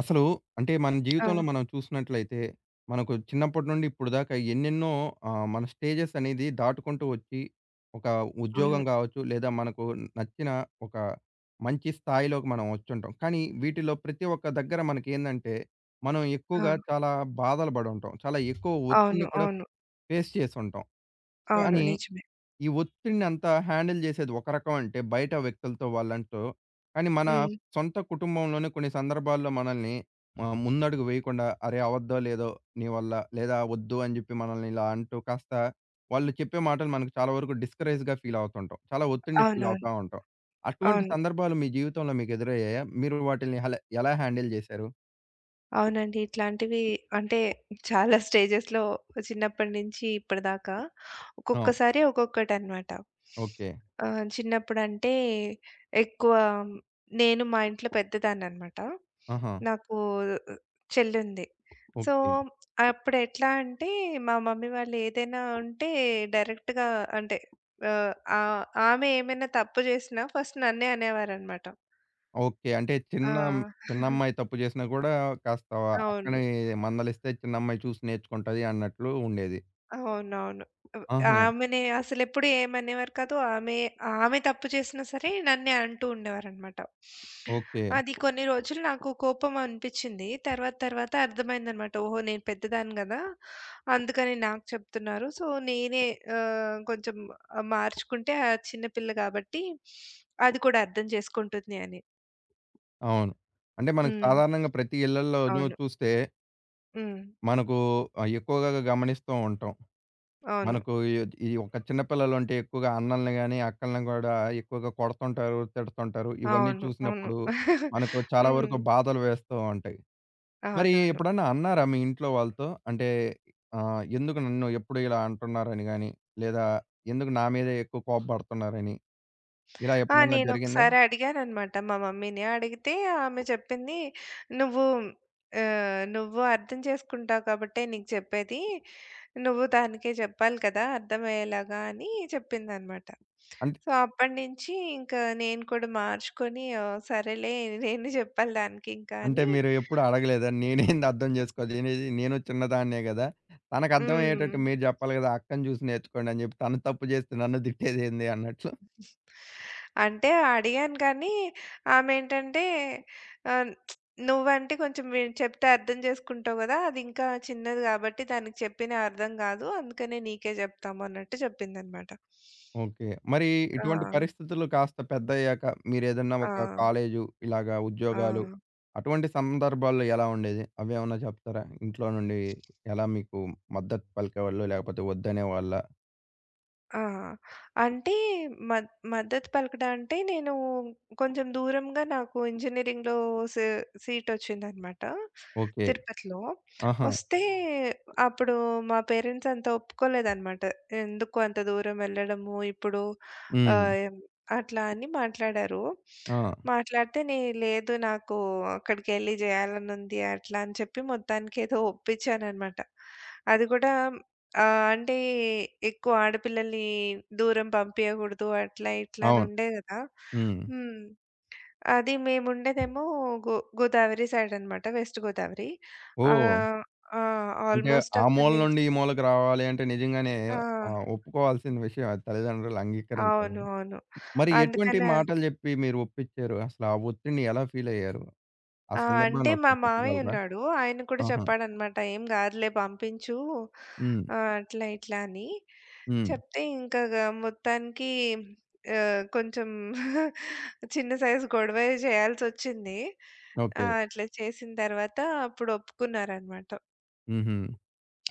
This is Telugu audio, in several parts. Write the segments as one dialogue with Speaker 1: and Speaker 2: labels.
Speaker 1: అసలు అంటే మన
Speaker 2: ఆ!
Speaker 1: జీవితంలో మనం చూసినట్లయితే, మనకు చిన్నప్పటి నుండి ఇప్పుడు దాకా ఎన్నెన్నో మన స్టేజెస్ అనేది దాటుకుంటూ వచ్చి, ఒక
Speaker 2: అవును.
Speaker 1: ఉద్యోగం కావచ్చు, లేదా మనకు నచ్చిన ఒక మంచి స్థాయిలోకి మనం వచ్చుంటాం. కానీ వీటిలో ప్రతి ఒక్క దగ్గర మనకేందంటే, మనం
Speaker 2: ఆ!
Speaker 1: ఎక్కువగా చాలా బాధలు పడుంటాం. చాలా ఎక్కువ
Speaker 2: అవును.
Speaker 1: ఒత్తిడిని కూడా
Speaker 2: అవును.
Speaker 1: ఫేస్ చేసుంటాం.
Speaker 2: అవును.
Speaker 1: కానీ
Speaker 2: నిజమే.
Speaker 1: ఈ ఒత్తిడినంతా హ్యాండిల్ జేసేది ఒక రకం అంటే, బయట వ్యక్తులతో వాళ్ళంటూ. కానీ, మన
Speaker 2: హ్మ్.
Speaker 1: సొంత కుటుంబంలోనే కొన్ని సందర్భాల్లో మనల్ని ముందడుగు వేయకుండా, "అరే! అవద్దో లేదో నీ వల్ల" లేదా "వద్దు" అని జెప్పి మనల్ని ఇలా అంటూ కాస్త వాళ్ళు చెప్పే మాటలు మనకు చాలా వరకు డిస్కరేజ్‌గా ఫీల్ అవుతుంటాం. చాలా ఒత్తిడిని ఫీల్
Speaker 2: అవునవును.
Speaker 1: అవుతా ఉంటాం. అటువంటి
Speaker 2: అవును.
Speaker 1: సందర్భాలు మీ జీవితంలో మీకు ఎదురయ్యాయా? మీరు వాటిల్ని ఎలా హ్యాండిల్ జేశారు?
Speaker 2: అవునండి. ఇట్లాంటివి అంటే చాలా స్టేజెస్‌లో చిన్నప్పటి నుంచి ఇప్పటిదాకా
Speaker 1: ఆ!
Speaker 2: ఒక్కొక్కసారి ఒక్కొక్కటనమాట.
Speaker 1: ఓకే.
Speaker 2: చిన్నప్పుడంటే ఎక్కువ, నేను మా ఇంట్లో పెద్దదాన్ననమాట.
Speaker 1: ఆహా!
Speaker 2: నాకు చెల్లుంది. So,
Speaker 1: okay.
Speaker 2: అప్పుడెట్లా అంటే మా మమ్మీ వాళ్ళు ఏదైనా ఉంటే డైరెక్ట్‌గా అంటే ఆహ్, ఆహ్, ఆమె ఏమైనా తప్పు జేసినా ఫస్ట్ నన్నే అనేవారనమాట.
Speaker 1: ఓకే. అంటే
Speaker 2: ఆ!
Speaker 1: చిన్నమ్మాయి తప్పు చేసినా కూడా కాస్త
Speaker 2: అవును.
Speaker 1: అక్కని మందలిస్తే చిన్నమ్మాయి చూసి నేర్చుకుంటది అన్నట్లు ఉండేది.
Speaker 2: అవునవును. అవ్
Speaker 1: ఆహా!
Speaker 2: ఆమెనే అసలెప్పుడు ఏమనేవారు కాదు. ఆమె తప్పు చేసినా సరే నన్నే అంటూ ఉండేవారనమాట.
Speaker 1: ఓకే.
Speaker 2: అది కొన్ని రోజులు నాకు కోపం అనిపిచ్చింది. తర్వాత తర్వాత అర్థమైందనమాట. ఓహో! నేను పెద్దదాన్ని గదా! అందుకని నాకు చెప్తున్నారు. సో, నేనే కొంచెం మార్చుకుంటే ఆ చిన్న పిల్ల కాబట్టి అది కూడా అర్థం చేసుకుంటుంది అని.
Speaker 1: అవును. అంటే మనకు
Speaker 2: హ్మ్.
Speaker 1: సాధారణంగా ప్రతి ఇళ్లల్లోనూ
Speaker 2: అవును.
Speaker 1: చూస్తే
Speaker 2: హ్మ్.
Speaker 1: మనకు ఎక్కువగా గమనిస్తూ ఉంటాం.
Speaker 2: అవును.
Speaker 1: మనకు ఈ ఈ ఒక చిన్న పిల్లలుంటే ఎక్కువగా అన్నల్ని గాని, అక్కల్ని కూడా ఎక్కువగా కొడుతుంటారు, తిడుతుంటారు. ఇవన్నీ
Speaker 2: అవును. అవును.
Speaker 1: చూసినప్పుడు మనకు చాలా
Speaker 2: హ్మ్.
Speaker 1: వరకు బాధలు వేస్తూ ఉంటాయి. మరి
Speaker 2: అవునవును.
Speaker 1: ఎప్పుడన్నా అన్నారా మీ ఇంట్లో వాళ్ళతో? అంటే ఎందుకు నన్ను ఎప్పుడు ఇలా అంటున్నారని గాని, లేదా ఎందుకు నా మీదే ఎక్కువ కోపపడుతున్నారని, ఇలా
Speaker 2: ఆ!
Speaker 1: ఎప్పుడైనా జరిగిందా?
Speaker 2: నేనొకసారి అడిగాననమాట మా మమ్మీని. అడిగితే ఆమె చెప్పింది, "నువ్వు, నువ్వు అర్థం చేసుకుంటావు కాబట్టే నీకు చెప్పేది. నువ్వు దానికే చెప్పాలి కదా! అర్థమయ్యేలాగా" అని చెప్పిందనమాట.
Speaker 1: అంటే
Speaker 2: సో, అప్పటినుంచి ఇంకా నేను కూడా మార్చుకొని, "ఓహ్! సరేలే నేనే చెప్పాలి దానికి ఇంకా"
Speaker 1: అంటే
Speaker 2: అని.
Speaker 1: మీరు ఎప్పుడు అడగలేదా? నేనేంది అర్థం చేసుకోవాలి? నేను చిన్నదాన్నే గదా! తనకు
Speaker 2: హ్మ్.
Speaker 1: అర్థమయ్యేటట్టు మీరు జెప్పాలి గదా! అక్కని జూసి నేర్చుకోండి అని జెప్పి తను తప్పు జేస్తే నన్ను తిట్టేదేంది అన్నట్లు.
Speaker 2: అంటే అడిగాను కానీ ఆమేంటంటే ఆహ్, "నువ్వంటే కొంచెం చెప్తే అర్థం చేసుకుంటావు గదా! అది ఇంకా చిన్నది గాబట్టి దానికి చెప్పినా అర్థం గాదు. అందుకనే నీకే జెప్తాము" అన్నట్టు జెప్పిందనమాట.
Speaker 1: ఓకే. మరి
Speaker 2: ఆ!
Speaker 1: ఇటువంటి పరిస్థితులు కాస్త పెద్దయ్యాక మీరేదన్నా
Speaker 2: ఆ!
Speaker 1: ఒక కాలేజు, ఇలాగా
Speaker 2: ఆ!
Speaker 1: ఉద్యోగాలు అటువంటి సందర్భాల్లో ఎలా ఉండేది? అవేమన్నా చెప్తారా? ఇంట్లో నుండి ఎలా మీకు మద్దతు పలికేవాళ్ళు? లేకపోతే వద్దనేవాళ్ళా?
Speaker 2: ఆ! అంటే మద్ మద్దతు పలకడం అంటే, నేను కొంచెం దూరంగా, నాకు ఇంజినీరింగ్‌లో సీ సీటొచ్చిందనమాట
Speaker 1: ఓకే.
Speaker 2: తిరుపతిలో.
Speaker 1: ఆహా!
Speaker 2: వస్తే అప్పుడు మా పేరెంట్స్ అంత ఒప్పుకోలేదనమాట. ఎందుకు అంత దూరం వెళ్ళడము ఇప్పుడు
Speaker 1: హ్మ్.
Speaker 2: ఆహ్, అట్లా అని మాట్లాడారు.
Speaker 1: ఆ!
Speaker 2: మాట్లాడితే లేదు, నాకు అక్కడికెళ్ళి చేయాలనుంది అట్లా అని చెప్పి మొత్తానికేదో ఒప్పించాననమాట. అది కూడా ఆ! అంటే ఎక్కువ ఆడపిల్లల్ని దూరం పంపియకూడదు అట్లా ఇట్లా అని
Speaker 1: అవును.
Speaker 2: ఉండే గదా!
Speaker 1: హ్మ్.
Speaker 2: హ్మ్. అది మేముండేదేమో గోదావరి సైడ్ అనమాట. వెస్ట్ గోదావరి.
Speaker 1: ఓహ్!
Speaker 2: ఆహ్, ఆ!
Speaker 1: అంటే
Speaker 2: ఆల్‌మోస్ట్
Speaker 1: ఆ
Speaker 2: అక్కడి
Speaker 1: మూల
Speaker 2: నుంచి
Speaker 1: నుండి ఈ మూలకు రావాలి అంటే నిజంగానే
Speaker 2: ఆ!
Speaker 1: ఒప్పుకోవాల్సిన విషయం అది తల్లిదండ్రులు అంగీకరించాలి.
Speaker 2: అవును. అవును.
Speaker 1: మరి ఎటువంటి
Speaker 2: అందుకనే
Speaker 1: మాటలు జెప్పి మీరు ఒప్పించారు? అసలు ఆ ఒత్తిడిని ఎలా ఫీలయ్యారు? ఆ
Speaker 2: ఆ! అంటే
Speaker 1: సందర్భాన్ని
Speaker 2: మా
Speaker 1: ఒకసారి
Speaker 2: మామయ్య
Speaker 1: చెప్పగలరా?
Speaker 2: ఉన్నాడు. ఆయన కూడా
Speaker 1: ఆహా!
Speaker 2: చెప్పాడనమాట. "ఏం గాదులే పంపించు"
Speaker 1: హ్మ్.
Speaker 2: అట్లా ఇట్లా అని.
Speaker 1: హ్మ్.
Speaker 2: చెప్తే ఇంకా మొత్తానికి కొంచెం చిన్న సైజు గొడవే చేయాల్సొచ్చింది. ఆ!
Speaker 1: ఓకే.
Speaker 2: అట్లా చేసిన తర్వాత అప్పుడు ఒప్పుకున్నారనమాట.
Speaker 1: హుహు.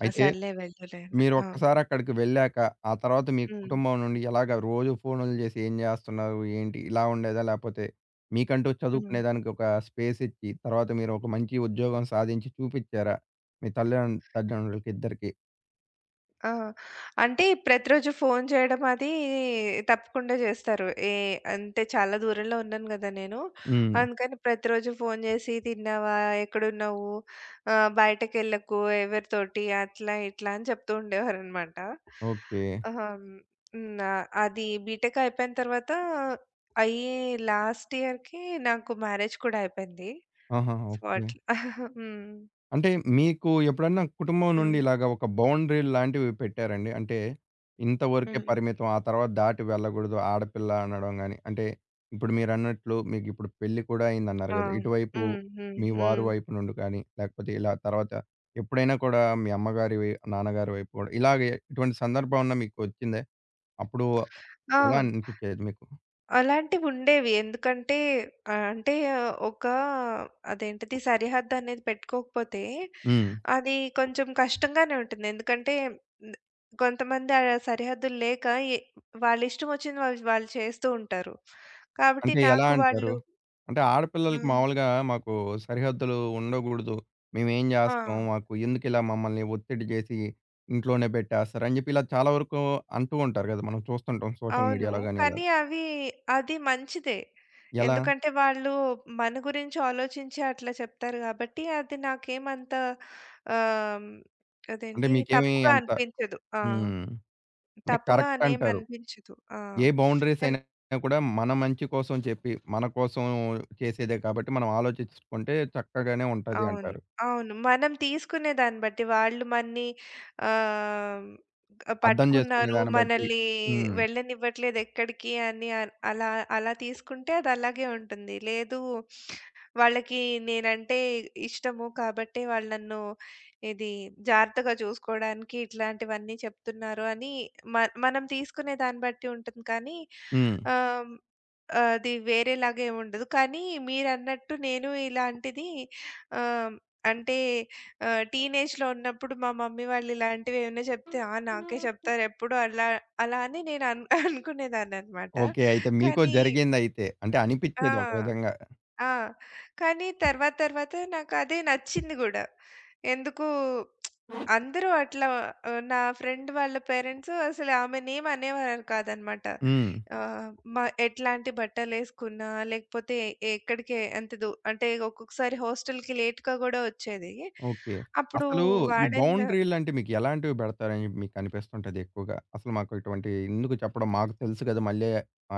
Speaker 1: అయితే
Speaker 2: సర్లే వెళ్దులే అని. ఆ!
Speaker 1: మీరొక్కసారక్కడికి వెళ్ళాక, ఆ తర్వాత మీ
Speaker 2: హ్మ్.
Speaker 1: కుటుంబం నుండి ఎలాగా రోజు ఫోనులు జేసి ఏం జేస్తున్నారు? ఏంటి? ఇలా ఉండేదా? లేపోతే మీకంటూ
Speaker 2: హ్మ్.
Speaker 1: చదువుకునేదానికి ఒక స్పేస్ ఇచ్చి, తర్వాత మీరు ఒక మంచి ఉద్యోగం సాధించి చూపిచ్చారా? మీ తల్లిదండ్రులకిద్దరికీ?
Speaker 2: ఆ! అంటే ప్రతిరోజు ఫోను చేయడం అది తప్పకుండా జేస్తారు. అంటే చాలా దూరంలో ఉన్నాను గదా నేను.
Speaker 1: హ్మ్.
Speaker 2: అందుకని ప్రతిరోజు ఫోను జేసి తిన్నావా? ఎక్కడున్నావు? బయటకెళ్ళకు ఎవరితోటి అట్లా ఇట్లా అని చెప్తూ ఉండేవారనమాట.
Speaker 1: ఓకే.
Speaker 2: ఆహా! హ్మ్. అది బీటెక్ అయిపోయిన తర్వాత అయ్యి లాస్ట్ ఇయర్‌కి నాకు మ్యారేజ్ కూడా అయిపోయింది.
Speaker 1: ఆహా!
Speaker 2: So,
Speaker 1: okay.
Speaker 2: అట్లా. హ్మ్.
Speaker 1: అంటే మీకు ఎప్పుడన్నా కుటుంబం
Speaker 2: హ్మ్.
Speaker 1: నుండి ఇలాగ ఒక బౌండరీ లాంటివి పెట్టారండి? అంటే ఇంతవరకే
Speaker 2: హ్మ్.
Speaker 1: పరిమితం. ఆ తర్వాత దాటి వెళ్ళకూడదు ఆడపిల్ల అనడం గాని, అంటే ఇప్పుడు మీరన్నట్లు మీకిప్పుడు పెళ్లి కూడా అయిందన్నారు
Speaker 2: ఆ!
Speaker 1: గదా! ఇటువైపు
Speaker 2: హ్మ్. హ్మ్.
Speaker 1: మీ వారి
Speaker 2: హ్మ్.
Speaker 1: వైపు నుండి కానీ, లేకపోతే ఇలా తర్వాత ఎప్పుడైనా కూడా మీ అమ్మగారి నాన్నగారి వైపు కూడా ఇలాగే ఇటువంటి సందర్భం ఏమన్నా మీకొచ్చిందే? అప్పుడు
Speaker 2: ఆ!
Speaker 1: ఎలా అనిపించేది మీకు?
Speaker 2: అలాంటివుండేవి. ఎందుకంటే అంటే ఒక అదేంటిది సరిహద్దనేది పెట్టుకోకపోతే
Speaker 1: హ్మ్.
Speaker 2: అది కొంచెం కష్టంగానే ఉంటుంది. ఎందుకంటే న్ కొంతమంది ఆ సరిహద్దులు లేక ఎ వాళ్ళిష్టమొచ్చింది వాళ్ళు వాళ్ళు చేస్తూ ఉంటారు. కాబట్టి
Speaker 1: అంటే ఎలా
Speaker 2: నాకు
Speaker 1: అంటారు?
Speaker 2: వాళ్ళు.
Speaker 1: అంటే ఆడపిల్లలకి
Speaker 2: హ్మ్.
Speaker 1: మామూలుగా మాకు సరిహద్దులు ఉండగూడదు. మేమేం
Speaker 2: ఆ!
Speaker 1: జేస్తాం? మాకు ఎందుకిలా మమ్మల్ని ఒత్తిడి జేసి ఇంట్లోనే పెట్టేస్తారు అని జెప్పి ఇలా చాలా వరకు అంటూ ఉంటారు గదా! మనం చూస్తుంటాం సోషల్
Speaker 2: అవును.
Speaker 1: మీడియాలో గాని ఇలా.
Speaker 2: కానీ అవి అది మంచిదే.
Speaker 1: ఎలా?
Speaker 2: ఎందుకంటే వాళ్ళు మన గురించి ఆలోచించి అట్లా చెప్తారు గాబట్టి అది నాకేమంత ఆహ్, హ్మ్,
Speaker 1: అంటే
Speaker 2: అదేంటి
Speaker 1: మీకేమి
Speaker 2: తప్పుగా
Speaker 1: అంత
Speaker 2: అనిపించదు. ఆ!
Speaker 1: హ్మ్. అంటే
Speaker 2: తప్పుగా
Speaker 1: కరెక్ట్ అంటారు.
Speaker 2: అనేమనిపించదు. ఆ!
Speaker 1: ఏ బౌండరీస్
Speaker 2: ఎన్
Speaker 1: అయినా కూడా మన మంచి కోసం చెప్పి, మన కోసం చేసేదే కాబట్టి మనం ఆలోచించుకుంటే చక్కగానే ఉంటది
Speaker 2: అవును.
Speaker 1: అంటారు.
Speaker 2: అవును. మనం తీసుకునే దాన్ని బట్టి వాళ్ళు మన్ని ఆహ్, గ
Speaker 1: అర్థం జేసుకునే
Speaker 2: పట్టుకున్నారు.
Speaker 1: దాన్ని బట్టి
Speaker 2: మనల్ని
Speaker 1: హ్మ్.
Speaker 2: వెళ్ళనివ్వట్లేదు ఎక్కడికి అని అలా అలా తీసుకుంటే అది అలాగే ఉంటుంది. లేదు, వాళ్ళకి నేనంటే ఇష్టము కాబట్టే వాళ్ళు నన్ను ఇది జాగ్రత్తగా చూసుకోవడానికి ఇట్లాంటివన్నీ చెప్తున్నారు అని మ మనం తీసుకునే దాన్ని బట్టి ఉంటుంది. కానీ
Speaker 1: హ్మ్.
Speaker 2: ఆహ్, అది వేరేలాగా ఏముండదు. కానీ మీరన్నట్టు నేను ఇలాంటిది ఆ! అంటే టీనేజ్‌లో ఉన్నప్పుడు మా మమ్మీ వాళ్ళు ఇలాంటివి ఏమైనా చెప్తే, "ఆ! నాకే చెప్తారెప్పుడు" అలా అలా అని నేను అనుకునేదాన్ననమాట.
Speaker 1: ఓకే. అయితే మీకో
Speaker 2: కానీ
Speaker 1: జరిగిందయితే. అంటే
Speaker 2: ఆ!
Speaker 1: అనిపిచ్చేది ఒక విధంగా.
Speaker 2: ఆ! కానీ తర్వాత తర్వాత నాకదే నచ్చింది గూడా. ఎందుకో అందరూ అట్లా నా ఫ్రెండ్ వాళ్ళ పేరెంట్స్ అసలు ఆమెనేమి అనేవారు కాదనమాట.
Speaker 1: హ్మ్.
Speaker 2: ఆహ్, మ ఎట్లాంటి బట్టలేసుకున్నా, లేకపోతే ఎక్కడికి ఎంత అంటే ఒక్కొక్కసారి హాస్టల్‌కి లేట్‌గా గూడా వచ్చేది.
Speaker 1: ఓకే.
Speaker 2: అప్పుడు
Speaker 1: అసలు ఈ
Speaker 2: వార్డెన్.
Speaker 1: బౌండరీలంటే మీకు ఎలాంటివి బెడతారని మీకు అనిపిస్తుంటది ఎక్కువగా? అసలు మాకు ఇటువంటి ఎందుకు చెప్పడం? మాకు తెలుసు గదా! మళ్ళీ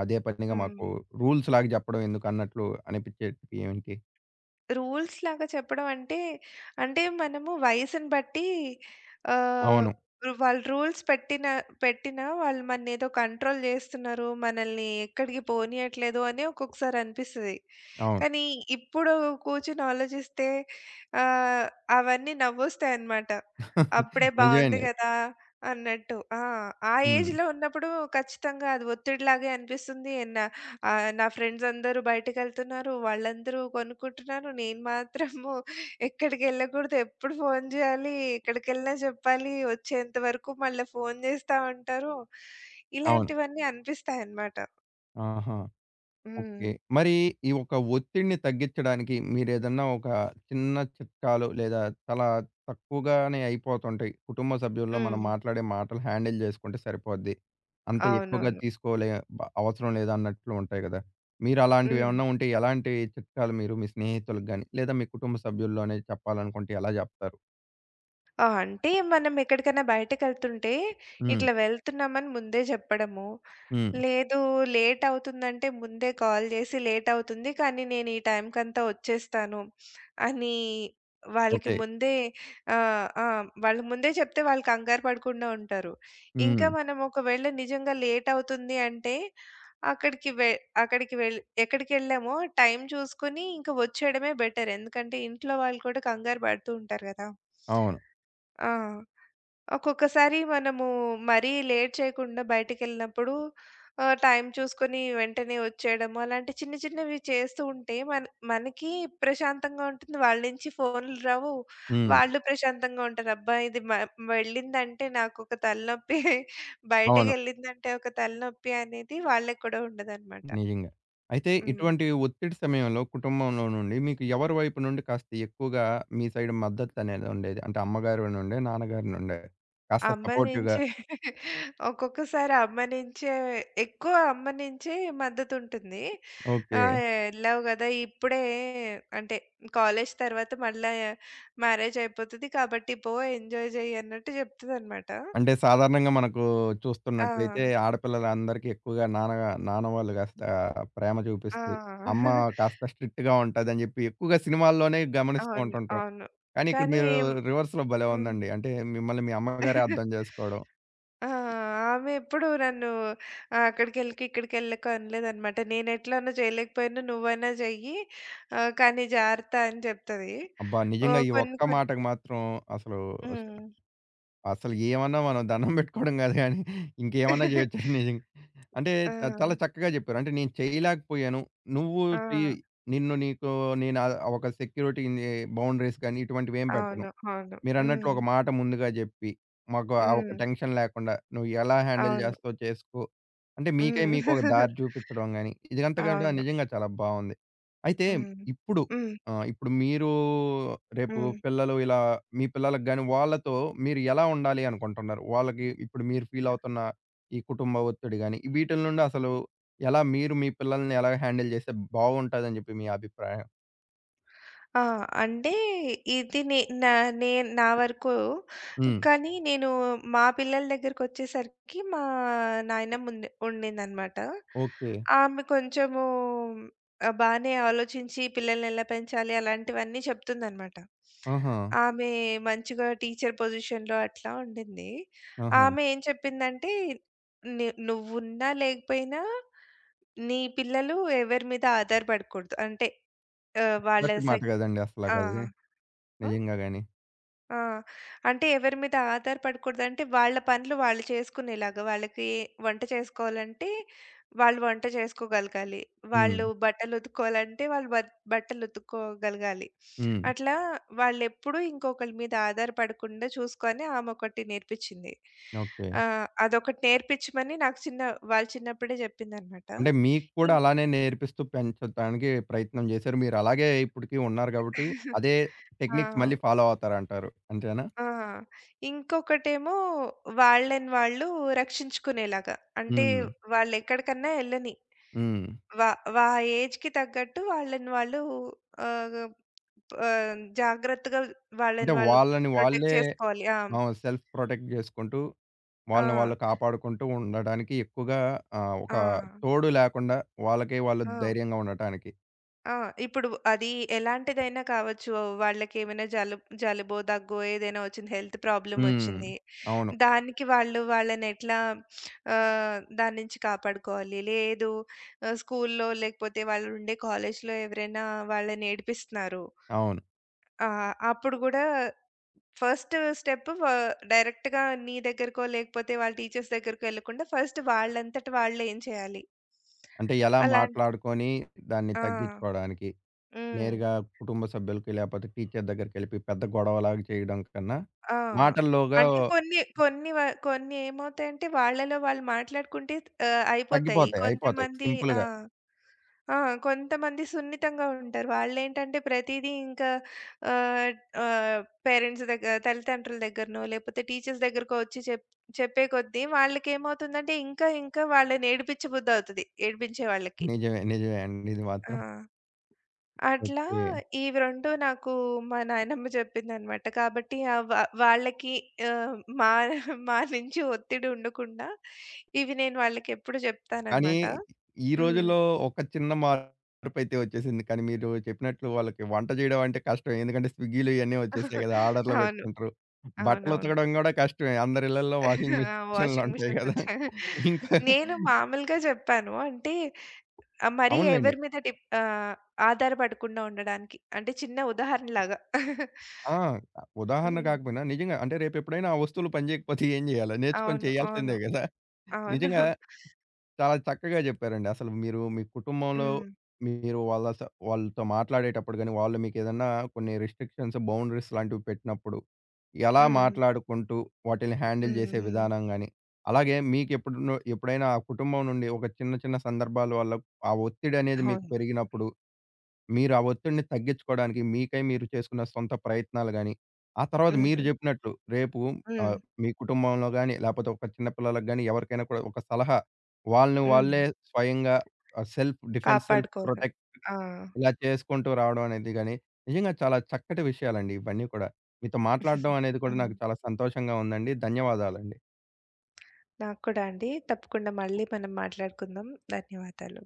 Speaker 1: అదే పనిగా మాకు
Speaker 2: హ్మ్.
Speaker 1: రూల్స్ లాగా జెప్పడం ఎందుకు అన్నట్లు అనిపిచ్చేటివి ఏంటి?
Speaker 2: రూల్స్ లాగా చెప్పడం అంటే, అంటే మనము వయసుని బట్టి ఆహ్,
Speaker 1: అవును.
Speaker 2: వాళ్ళు రూల్స్ పెట్టినా వాళ్ళు మననేదో కంట్రోల్ జేస్తున్నారు, మనల్ని ఎక్కడికి పోనీయట్లేదు అని ఒక్కొక్కసారి అనిపిస్తది.
Speaker 1: అవును.
Speaker 2: కానీ ఇప్పుడు కూర్చొని ఆలోచిస్తే ఆహ్, అవన్నీ నవ్వొస్తాయన్నమాట. అప్పుడే
Speaker 1: నిజమే
Speaker 2: బావుంది
Speaker 1: అండి.
Speaker 2: గదా అన్నట్టు. ఆ! ఆ
Speaker 1: హ్మ్.
Speaker 2: ఏజ్‌లో ఉన్నప్పుడు ఖచ్చితంగా అది ఒత్తిడిలాగే అనిపిస్తుంది. ఆ! నా ఫ్రెండ్స్ అందరూ బయటికెళ్తున్నారు. వాళ్ళందరూ కొనుక్కుంటున్నారు. నేను మాత్రము ఎక్కడికెళ్ళకూడదు. ఎప్పుడు ఫోను జేయాలి, ఎక్కడికెళ్ళినా చెప్పాలి, వచ్చేంత వరకు మళ్ళా ఫోను జేస్తా ఉంటారు.
Speaker 1: అవును.
Speaker 2: ఇలాంటివన్నీ అనిపిస్తాయన్నమాట.
Speaker 1: ఆహా!
Speaker 2: హ్మ్.
Speaker 1: ఓకే. మరి ఈ ఒక ఒత్తిడిని తగ్గించడానికి మీరేదన్నా ఒక చిన్న చిట్కాలు లేదా చాలా తక్కువగానే అయిపోతుంటాయి. కుటుంబ సభ్యుల్లో మనం
Speaker 2: హ్మ్.
Speaker 1: మాట్లాడే మాటలు హ్యాండిల్ జేసుకుంటే సరిపోద్ది. అంత ఎక్కువగా
Speaker 2: అవునవును.
Speaker 1: తీసుకోలే అవసరం లేదన్నట్లు ఉంటాయి గదా! మీరు
Speaker 2: హ్మ్.
Speaker 1: అలాంటివేమన్నా ఉంటే ఎలాంటి చిట్కాలు మీరు మీ స్నేహితులకు గాని, లేదా మీ కుటుంబ సభ్యుల్లోనే చెప్పాలనుకుంటే ఎలా జెప్తారు?
Speaker 2: ఆ! అంటే మనం ఎక్కడికైనా బయటకెళ్తుంటే,
Speaker 1: హ్మ్.
Speaker 2: ఇట్లా వెళ్తున్నామని ముందే జెప్పడము.
Speaker 1: హ్మ్.
Speaker 2: లేదు, లేట్ అవుతుందంటే ముందే కాల్ జేసి లేట్ అవుతుంది, కానీ నేను ఈ టైంకంతా వచ్చేస్తాను అని వాళ్ళకి
Speaker 1: ఓకే.
Speaker 2: ముందే, ఆ! వాళ్ళు ముందే చెప్తే వాళ్ళు కంగారు పడకుండా ఉంటారు. ఇంకా
Speaker 1: హ్మ్.
Speaker 2: మనం ఒకవేళ నిజంగా లేట్ అవుతుంది అంటే అక్కడికి వె అక్కడికి వెళ్ ఎక్కడికెళ్ళామో టైం చూసుకొని ఇంక వచ్చేయడమే బెటర్. ఎందుకంటే ఇంట్లో వాళ్ళు కూడా కంగారు పడుతూ ఉంటారు గదా!
Speaker 1: అవును.
Speaker 2: ఆ! ఒక్కొక్కసారి మనము మరీ లేట్ చేయకుండా బయటికెళ్ళినప్పుడు టైం చూసుకొని వెంటనే వచ్చేయడము, అలాంటి చిన్న చిన్నవి చేస్తూ ఉంటే మనకి ప్రశాంతంగా ఉంటుంది. వాళ్ళ నుంచి ఫోన్‌లు రావు.
Speaker 1: హ్మ్.
Speaker 2: వాళ్ళు ప్రశాంతంగా ఉంటారు. అబ్బా! ఇది మ వెళ్ళిందంటే నాకొక తలనొప్పి,
Speaker 1: అవును.
Speaker 2: బయటకెళ్ళిందంటే ఒక తలనొప్పి అనేది వాళ్ళకి కూడా ఉండదనమాట.
Speaker 1: నిజంగా. అయితే
Speaker 2: హ్మ్.
Speaker 1: ఇటువంటి ఒత్తిడి సమయంలో కుటుంబంలో నుండి మీకు ఎవరి వైపు నుండి కాస్త ఎక్కువగా మీ సైడ్ మద్దతనేది ఉండేది? అంటే అమ్మగారి నుండే, నాన్నగారి నుండే? కాస్త
Speaker 2: అమ్మ
Speaker 1: సపోర్టివ్‌గా
Speaker 2: నుంచే. ఒక్కొక్కసారి అమ్మ నుంచే ఎక్కువ, అమ్మ నుంచే మద్దతుంటుంది. ఆ!
Speaker 1: ఓకే.
Speaker 2: ఎళ్ళావు గదా ఇప్పుడే, అంటే కాలేజ్ తర్వాత మళ్ళా మ్యారేజ్ అయిపోతది కాబట్టి ఎంజాయ్ చెయ్యి అన్నట్టు చెప్తదనమాట.
Speaker 1: అంటే సాధారణంగా మనకు
Speaker 2: ఆ!
Speaker 1: చూస్తున్నట్లయితే ఆడపిల్లలందరికీ ఎక్కువగా నాన్న నాన్న వాళ్ళు కాస్త ప్రేమ చూపిస్తూ, అమ్మ
Speaker 2: ఆ!
Speaker 1: కాస్త స్ట్రిక్ట్‌గా ఉంటదని చెప్పి ఎక్కువగా సినిమాల్లోనే గమనిస్తూ
Speaker 2: అవును.
Speaker 1: ఉంటుంటాం.
Speaker 2: అవును.
Speaker 1: కానీ ఇక్కడ
Speaker 2: కానీ
Speaker 1: మీరు రివర్స్‌లో భలే
Speaker 2: హ్మ్.
Speaker 1: ఉందండి. అంటే మిమ్మల్ని మీ అమ్మగారే అర్థం చేసుకోవడం.
Speaker 2: ఆ! ఆమె ఎప్పుడు నన్ను అక్కడికెళ్ళకు, ఇక్కడికెళ్ళకు అనలేదనమాట. నేనెట్లనో చేయలేకపోయినా నువ్వైనా చెయ్యి, కానీ జాగ్రత్త అని చెప్తది.
Speaker 1: అబ్బా! నిజంగా
Speaker 2: ఓహ్!
Speaker 1: ఈ
Speaker 2: కొన్ని
Speaker 1: ఒక్క
Speaker 2: కొన్ని.
Speaker 1: మాటకు మాత్రం అసలు
Speaker 2: హ్మ్.
Speaker 1: అసలు ఏమన్నా మనం దండం పెట్టుకోవడం కాదు గానీ, ఇంకేమన్నా చేయొచ్చండి నిజంగా. అంటే
Speaker 2: ఆ!
Speaker 1: చాలా చక్కగా చెప్పారు. అంటే నేను చేయలేకపోయాను. నువ్వు
Speaker 2: ఆ!
Speaker 1: చెయ్యి. నిన్ను నీకు నేను ఒక సెక్యూరిటీ బౌండరీస్ కానీ ఇటువంటివేం పెట్టను.
Speaker 2: అవును. అవును.
Speaker 1: మీరన్నట్లు
Speaker 2: హ్మ్.
Speaker 1: ఒక మాట ముందుగా జెప్పి, మాకు ఆ ఒక
Speaker 2: హ్మ్.
Speaker 1: టెన్షన్ లేకుండా నువ్వు ఎలా హ్యాండిల్
Speaker 2: అవును.
Speaker 1: జేస్తావో చేసుకో. అంటే మీకై
Speaker 2: హ్మ్.
Speaker 1: మీకు ఒక దారి చూపిచ్చడం గాని, ఇదంతా గూడా
Speaker 2: అవును.
Speaker 1: నిజంగా చాలా బావుంది. అయితే
Speaker 2: హ్మ్.
Speaker 1: ఇప్పుడు
Speaker 2: హ్మ్.
Speaker 1: ఇప్పుడు మీరు రేపు
Speaker 2: హ్మ్.
Speaker 1: పిల్లలు ఇలా మీ పిల్లలకి గాని వాళ్ళతో మీరు ఎలా ఉండాలి అనుకుంటున్నారు? వాళ్ళకి ఇప్పుడు మీరు ఫీల్ అవుతున్న ఈ కుటుంబ ఒత్తిడి గాని, వీటిల నుండి అసలు ఎలా మీరు మీ పిల్లల్ని ఎలా హ్యాండిల్ జేస్తే బావుంటదని జెప్పి మీ అభిప్రాయం?
Speaker 2: ఆ! అంటే ఇది నే నా నేను నా వరకు.
Speaker 1: హ్మ్.
Speaker 2: కానీ నేను మా పిల్లల దగ్గరకొచ్చేసరికి మా నాయనమ్మ ఉండిందనమాట.
Speaker 1: ఓకే.
Speaker 2: ఆమె కొంచెము బానే ఆలోచించి పిల్లల్ని ఎలా పెంచాలి అలాంటివన్నీ చెప్తుందనమాట.
Speaker 1: ఆహా!
Speaker 2: ఆమె మంచిగా టీచర్ పొజిషన్‌లో అట్లా ఉండింది.
Speaker 1: ఆహా!
Speaker 2: ఆమె ఏం చెప్పిందంటే, నువ్వున్నా లేకపోయినా నీ పిల్లలు ఎవరి మీద ఆధారపడకూడదు. అంటే ఆహ్, వాళ్ళ
Speaker 1: కరెక్ట్
Speaker 2: స
Speaker 1: మాట కదండీ
Speaker 2: ఆ!
Speaker 1: అసలకది.
Speaker 2: ఆ!
Speaker 1: నిజంగా గాని.
Speaker 2: ఆ! అంటే ఎవరి మీద ఆధారపడకూడదంటే, వాళ్ళ పనులు వాళ్ళు చేసుకునేలాగా, వాళ్ళకి వంట చేసుకోవాలంటే వాళ్ళు వంట చేసుకోగలగాలి.
Speaker 1: హ్మ్.
Speaker 2: వాళ్ళు బట్టలుతుక్కోవాలంటే, వాళ్ళు బట్టలుతుక్కోగలగాలి.
Speaker 1: హ్మ్.
Speaker 2: అట్లా వాళ్ళెప్పుడూ ఇంకొకళ్ళ మీద ఆధారపడకుండా చూసుకొని ఆమొకటి నేర్పించింది.
Speaker 1: ఓకే.
Speaker 2: అదొకటి నేర్పించమని నాకు చిన్న వాళ్ళు చిన్నప్పుడే చెప్పిందనమాట.
Speaker 1: అంటే మీకు కూడా
Speaker 2: ఇం
Speaker 1: అలానే నేర్పిస్తూ పెంచడానికి ప్రయత్నం జేశారు. మీరలాగే ఇప్పటికి ఉన్నారు గాబట్టి, అదే టెక్నిక్స్
Speaker 2: ఆ!
Speaker 1: మళ్ళీ ఫాలో అవుతారంటారు. అంతేనా?
Speaker 2: ఆ! ఇంకొకటేమో వాళ్ళని వాళ్ళు రక్షించుకునేలాగా. అంటే
Speaker 1: హ్మ్.
Speaker 2: వాళ్ళెక్కడికన్నా ఎళ్ళని.
Speaker 1: హ్మ్.
Speaker 2: వా వా ఏజ్‌కి తగ్గట్టు వాళ్ళని వాళ్ళు ఆహ్, ఆహ్, జాగ్రత్తగా
Speaker 1: అంటే
Speaker 2: వాళ్ళని వాళ్ళు
Speaker 1: వాళ్ళని
Speaker 2: ప్రొటెక్ట్
Speaker 1: వాళ్ళే
Speaker 2: చేసుకోవాలి. ఆ!
Speaker 1: సెల్ఫ్ ప్రొటెక్ట్ జేసుకుంటూ,
Speaker 2: ఆ!
Speaker 1: వాళ్ళని వాళ్ళు కాపాడుకుంటూ ఉండడానికి ఎక్కువగా ఒక
Speaker 2: ఆ!
Speaker 1: తోడు లేకుండా వాళ్ళకే వాళ్ళు
Speaker 2: ఆ!
Speaker 1: ధైర్యంగా ఉండటానికి.
Speaker 2: ఆ! ఇప్పుడు అది ఎలాంటిదైనా కావచ్చు. వాళ్ళకేమైనా జలుబు, జలుబో, దగ్గో ఏదైనా వచ్చింది, హెల్త్ ప్రాబ్లమ్
Speaker 1: హ్మ్.
Speaker 2: వచ్చింది.
Speaker 1: అవును.
Speaker 2: దానికి వాళ్ళు వాళ్ళని ఎట్లా దాని నుంచి కాపాడుకోవాలి. లేదు, స్కూల్లో, లేకపోతే వాళ్ళు ఉండే కాలేజ్‌లో ఎవరైనా వాళ్ళని ఏడిపిస్తున్నారు.
Speaker 1: అవును.
Speaker 2: ఆ! అప్పుడు గూడా ఫస్ట్ స్టెప్ వ డైరెక్ట్‌గా నీ దగ్గరకో, లేకపోతే వాళ్ళ టీచర్స్ దగ్గరకో ఎళ్ళకుండా ఫస్ట్ వాళ్ళంతట వాళ్ళే ఏం చేయాలి?
Speaker 1: అంటే ఎలా
Speaker 2: అలాంటి.
Speaker 1: మాట్లాడుకొని దాన్ని
Speaker 2: ఆ!
Speaker 1: తగ్గించుకోవడానికి.
Speaker 2: హ్మ్.
Speaker 1: నేరుగా కుటుంబ సభ్యులకి లేపోతే టీచర్ దగ్గరికెళ్ళిపి పెద్ద గొడవలాగా చేయడం కన్నా,
Speaker 2: ఆ!
Speaker 1: మాటల్లోగా
Speaker 2: అంటే కొన్ని కొన్ని వ కొన్ని ఏమవుతాయంటే వాళ్ళలో వాళ్ళు మాట్లాడుకుంటే అయిపోతాయి.
Speaker 1: తగ్గిపోతాయి. అయిపోతాయి
Speaker 2: కొంతమంది. ఆ!
Speaker 1: సింపుల్‌గా.
Speaker 2: ఆ! కొంతమంది సున్నితంగా ఉంటారు. వాళ్ళేంటంటే ప్రతీదీ ఇంకా ఆహ్, ఆహ్, పేరెంట్స్ దగ్గర, తల్లిదండ్రుల దగ్గరనో, లేకపోతే టీచర్స్ దగ్గరకో వచ్చి చెప్పే కొద్దీ వాళ్ళకేమవుతుందంటే ఇంకా ఇంకా వాళ్ళని ఏడిపించబుద్ధవుతది, ఏడిపించే వాళ్ళకి.
Speaker 1: నిజమే. నిజమే అండి. ఇది
Speaker 2: ఆ!
Speaker 1: మాత్రం.
Speaker 2: అట్లా
Speaker 1: ఓకే.
Speaker 2: ఇవి 2 నాకు మా నాయనమ్మ చెప్పిందనమాట. కాబట్టి ఆహ్, వా వాళ్ళకి ఆహ్, మా మా నుంచి ఒత్తిడి ఉండకుండా ఇవి నేను వాళ్ళకెప్పుడు
Speaker 1: కానీ
Speaker 2: చెప్తాననమాట.
Speaker 1: ఈ
Speaker 2: హ్మ్.
Speaker 1: రోజుల్లో ఒక చిన్న మార్పైతే వచ్చేసింది. కానీ మీరు చెప్పినట్లు వాళ్ళకి వంట చేయడం అంటే కష్టమే. ఎందుకంటే స్విగ్గీలు ఇయన్నీ వచ్చేసాయి కదా! ఆర్డర్‌లో
Speaker 2: అవును.
Speaker 1: పెట్టుకుంటారు. బట్టలు
Speaker 2: అవునవును.
Speaker 1: ఉతకడం కూడా కష్టమే. అందరి ఇళ్లల్లో వాషింగ్
Speaker 2: ఆ! వాషింగ్
Speaker 1: మిషన్‌లుంటాయి
Speaker 2: మిషన్స్
Speaker 1: కదా!
Speaker 2: వచ్చాయి.
Speaker 1: ఇంకా
Speaker 2: నేను మామూలుగా చెప్పాను. అంటే మరీ
Speaker 1: అవునులెండి.
Speaker 2: ఎవరి మీద ఆధారపడకుండా ఉండడానికి. అంటే చిన్న ఉదాహరణలాగా.
Speaker 1: ఆ! ఉదాహరణ
Speaker 2: హ్మ్.
Speaker 1: కాకపోయినా నిజంగా అంటే రేపెప్పుడైనా ఆ వస్తువులు పని చేయకపోతే ఏం చేయాలి? నేర్చుకొని
Speaker 2: అవును. అవును.
Speaker 1: చేయాల్సిందే గదా!
Speaker 2: అవును.
Speaker 1: నిజంగా చాలా చక్కగా చెప్పారండి. అసలు మీరు మీ కుటుంబంలో
Speaker 2: హ్మ్.
Speaker 1: మీరు వాళ్ళతో మాట్లాడేటప్పుడు గాని, వాళ్ళు మీకేదన్నా కొన్ని రిస్ట్రిక్షన్స్, బౌండరీస్ లాంటివి పెట్టినప్పుడు, ఎలా
Speaker 2: హ్మ్.
Speaker 1: మాట్లాడుకుంటూ వాటిల్ని హ్యాండిల్
Speaker 2: హ్మ్.
Speaker 1: చేసే
Speaker 2: హ్మ్.
Speaker 1: విధానం గాని, అలాగే ఎప్పుడైనా ఆ కుటుంబం నుండి ఒక చిన్న చిన్న సందర్భాల వల్ల ఆ ఒత్తిడి అనేది మీకు
Speaker 2: అవును.
Speaker 1: పెరిగినప్పుడు మీరు ఆ ఒత్తిడిని తగ్గించుకోవడానికి మీకై మీరు చేసుకున్న సొంత ప్రయత్నాలు గాని, ఆ తర్వాత మీరు
Speaker 2: హుహు.
Speaker 1: జెప్పినట్లు రేపు
Speaker 2: హ్మ్.
Speaker 1: ఆహ్, మీ కుటుంబంలో గాని, లేపోతే ఒక చిన్న పిల్లలకి గాని ఎవరికైనా కూడా ఒక సలహా వాళ్ళని
Speaker 2: హ్మ్.
Speaker 1: వాళ్ళే స్వయంగా సెల్ఫ్ డిఫెన్స్, సెల్ఫ్
Speaker 2: కాపాడుకోగలం.
Speaker 1: ప్రొటెక్ట్
Speaker 2: ఆ!
Speaker 1: ఇలా చేసుకుంటూ రావడం అనేది గాని, నిజంగా చాలా చక్కటి విషయాలండి ఇవన్నీ కూడా. మీతో మాట్లాడడం అనేది కూడా
Speaker 2: హ్మ్.
Speaker 1: నాకు చాలా సంతోషంగా ఉందండి. ధన్యవాదాలండి.
Speaker 2: నాకు కూడా అండి. తప్పకుండా మళ్ళీ మనం మాట్లాడుకుందాం. ధన్యవాదాలు.